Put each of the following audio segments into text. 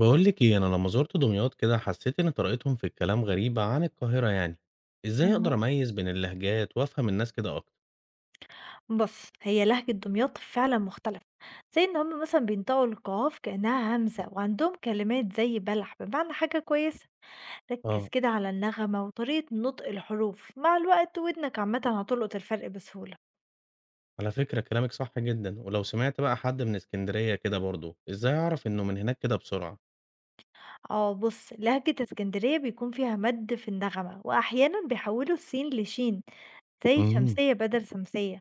بقول لك ايه؟ انا لما زرت دمياط كده حسيت ان طريقتهم في الكلام غريبة عن القاهرة، يعني ازاي اقدر اهم. اميز بين اللهجات وافهم الناس كده اكتر؟ بُص، هي لهجة دمياط فعلًا مختلفة، زي إن هم مثلًا بينطقوا القاف كأنها همزة، وعندهم كلمات زي بلح بمعنى حاجة كويسة، ركّز اه، كده على النغمة وطريقة نطق الحروف، مع الوقت ودنك عامةً هتلقط الفرق بسهولة. على فكرة كلامك صح جدا، ولو سمعت بقى حد من اسكندرية كده برضو، ازاي اعرف انه من هناك كده بسرعة؟ آه بُص، لهجة إسكندرية بيكون فيها مَدّ في النغمة، وأحيانًا بيحوّلوا السين لشين زي امم. شمسية بدل سمسية،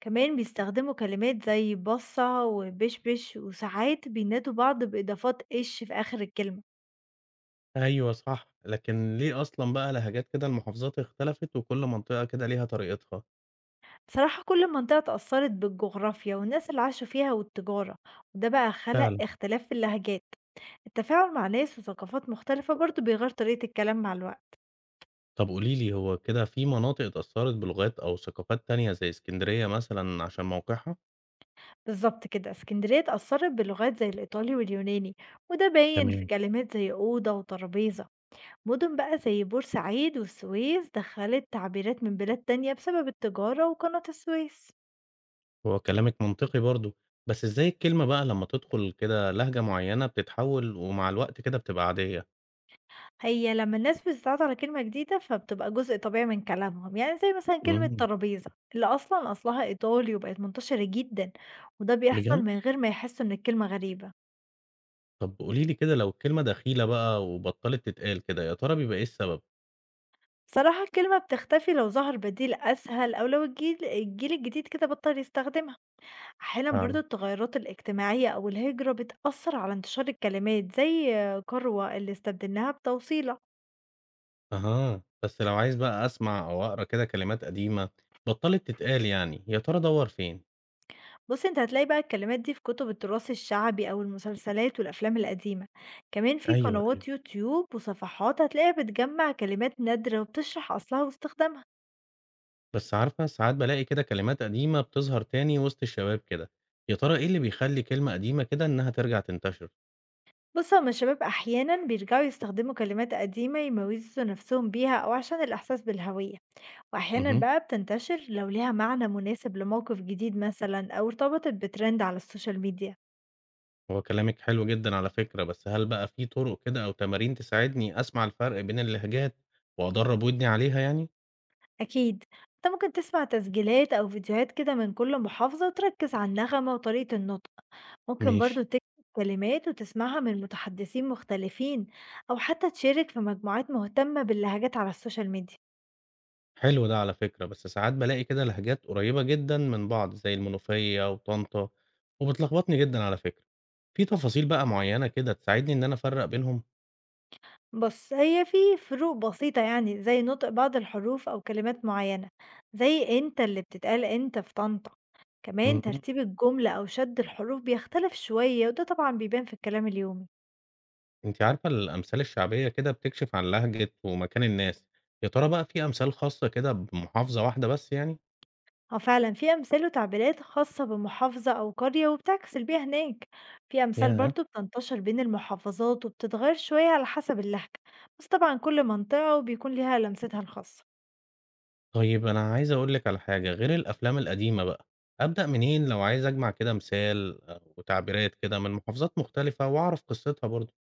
كمان بيستخدموا كلمات زي بَصّة وبشبش، وساعات بينادوا بعض بإضافات إش في آخر الكلمة. ايوه صح، لكن ليه اصلا بقى لهجات كده المحافظات اختلفت، وكل منطقة كده ليها طريقتها؟ بصراحة كل منطقة اتأثرت بالجغرافيا والناس اللي عاشوا فيها والتجارة، وده بقى خلق فعلا. اختلاف في اللهجات. التفاعل مع ناس وثقافات مختلفة برضو بيغير طريقة الكلام مع الوقت. طب قولي لي، هو كده في مناطق اتأثرت بلغات او ثقافات تانية زي اسكندرية مثلا عشان موقعها؟ بالظبط كده، اسكندرية اتأثرت بلغات زي الإيطالي واليوناني، وده باين في تمام. كلمات زي أوضة وترابيزة. مدن بقى زي بورسعيد والسويس دخلت تعبيرات من بلاد تانية بسبب التجارة وقناة السويس. هو كلامِك منطقي برضه، بس إزاي الكلمة بقى لمّا تدخل كده لهجة معيّنة بتتحول ومع الوقت كده بتبقى عادية؟ هي لمّا الناس بتتعود على كلمة جديدة، فبتبقى جزء طبيعي من كلامهم، يعني زي مثلًا كلمة إمم. ترابيزة، اللي أصلًا أصلها إيطالي وبقت منتشرة جدًا، وده بيحصل بجد؟ من غير ما يحسوا إن الكلمة غريبة. طب قولي لي كده، لو الكلمة دخيلة بقى وبطّلت تتقال كده، يا ترى بيبقى إيه السبب؟ بصراحة الكلمة بتختفي لو ظهر بديل أسهل أو لو الجيل الجديد كده بطل يستخدمها. أحيانًا برضه فعلًا. التغيرات الاجتماعية أو الهجرة بتأثر على انتشار الكلمات، زي كروة اللي استبدلناها بتوصيلة. أها، بس لو عايز بقى أسمع أو أقرا كده كلمات قديمة بطّلت تتقال يعني، يا ترى أدوّر فين؟ بُصّي، أنت هتلاقي بقى الكلمات دي في كُتب التراث الشعبي أو المسلسلات والأفلام القديمة، كمان في أيوه، أيوه. قنوات يوتيوب وصفحات هتلاقيها بتجمّع كلمات نادرة وبتشرح أصلها واستخدامها. بس عارفة ساعات بالاقي كده كلمات قديمة بتظهر تاني وسط الشباب كده، يا ترى إيه اللي بيخلّي كلمة قديمة كده إنها ترجع تنتشر؟ بُص، هُم الشباب أحيانًا بيرجعوا يستخدموا كلمات قديمة يميّزوا نفسهم بيها أو عشان الإحساس بالهوية، وأحيانًا اهم. بقى بتنتشر لو ليها معنى مناسب لموقف جديد مثلًا أو ارتبطت بtrend على السوشيال ميديا. هو كلامِك حلو جدًا على فكرة، بس هل بقى في طُرق كده أو تمارين تساعدني أسمع الفرق بين اللهجات وأدرّب ودني عليها يعني؟ أكيد، أنت ممكن تسمع تسجيلات أو فيديوهات كده من كل محافظة وتركز على النغمة وطريقة النطق. ممكن ماشي. برضو تكتب كلمات وتسمعها من متحدثين مختلفين، أو حتى تشارك في مجموعات مهتمة باللهجات على السوشيال ميديا. حلو ده على فكرة، بس ساعات بالاقي كده لهجات قريبة جدًا من بعض زي المنوفية وطنطا، وبتلخبطني جدًا على فكرة. في تفاصيل بقى معيّنة كده تساعدني إن أنا أفرّق بينهم؟ بص، هي في فروق بسيطة يعني زي نطق بعض الحروف أو كلمات معينة، زي أنت اللي بتتقال أنت في طنطا. كمان اهم. ترتيب الجملة أو شد الحروف بيختلف شوية، وده طبعا بيبان في الكلام اليومي. أنتِ عارفة الأمثال الشعبية كده بتكشف عن لهجة ومكان الناس، يا ترى بقى في أمثال خاصة كده بمحافظة واحدة بس يعني؟ اه فعلا، في أمثال وتعبيرات خاصة بمحافظة أو قرية وبتعكس البيئة هناك. في أمثال ياه! برضو بتنتشر بين المحافظات وبتتغير شوية على حسب اللهجة، بس طبعا كل منطقة وبيكون ليها لمستها الخاصة. طيب أنا عايز أقول لِك على حاجة، غير الأفلام القديمة بقى، أبدأ منين لو عايز أجمع كده مثال آه، وتعبيرات كده من محافظات مختلفة وأعرف قصتها برضه؟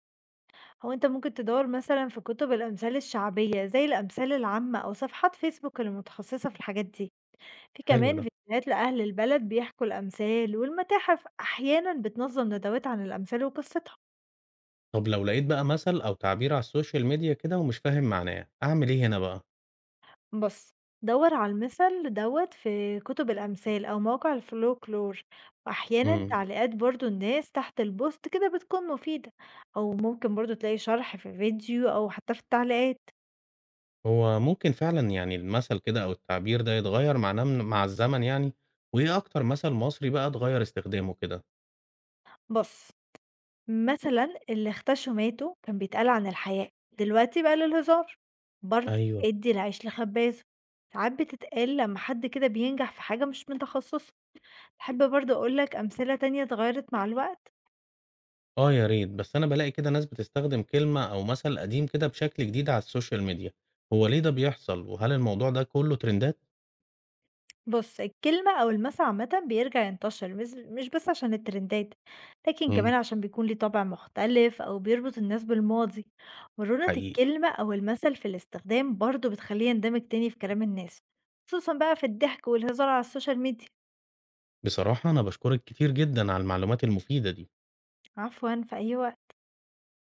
هو أنت ممكن تدور مثلا في كتب الأمثال الشعبية زي الأمثال العامة أو صفحات فيسبوك المتخصصة في الحاجات دي. في حلو كمان ده. فيديوهات لأهل البلد بيحكوا الأمثال، والمتاحف أحيانا بتنظم ندوات عن الأمثال وقصتها. طب لو لقيت بقى مثل أو تعبير على السوشيال ميديا كده ومش فاهم معناه، أعمل إيه هنا بقى؟ بُص، دَوّر على المِثَل دوّة في كُتب الأمثال أو مواقع الFolklore، وأحيانًا إمم. تعليقات برضه الناس تحت الpost كده بتكون مفيدة، أو ممكن برضه تلاقي شرح في فيديو أو حتى في التعليقات. هو ممكن فعلًا يعني المثل كده أو التعبير ده يتغير معناه مع الزمن يعني؟ وإيه أكتر مثل مصري بقى اتغير استخدامه كده؟ بُص، مثلًا اللي اختشوا ماتوا كان بيتقال عن الحياء، دلوقتي بقى للهزار. برضه أيوه. ادّي العيش لخبازه، ساعات بتتقال لمّا حد كده بينجح في حاجة مش من تخصصه. تحب برضه أقول لك أمثلة تانية اتغيّرت مع الوقت؟ آه يا ريت، بس أنا بالاقي كده ناس بتستخدم كلمة أو مثل قديم كده بشكل جديد على السوشيال ميديا، هو ليه ده بيحصل وهل الموضوع ده كله ترندات؟ بُص، الكلمة أو المثل عامةً بيرجع ينتشر مش بس عشان الترندات، لكن كمان امم. عشان بيكون ليه طابع مختلف أو بيربط الناس بالماضي. مرونة حقيقي. الكلمة أو المثل في الاستخدام برضه بتخلّيه يندمج تاني في كلام الناس، خصوصًا بقى في الضحك والهزار على السوشيال ميديا. بصراحة أنا بشكرك كتير جدا على المعلومات المفيدة دي. عفوًا، في أي وقت.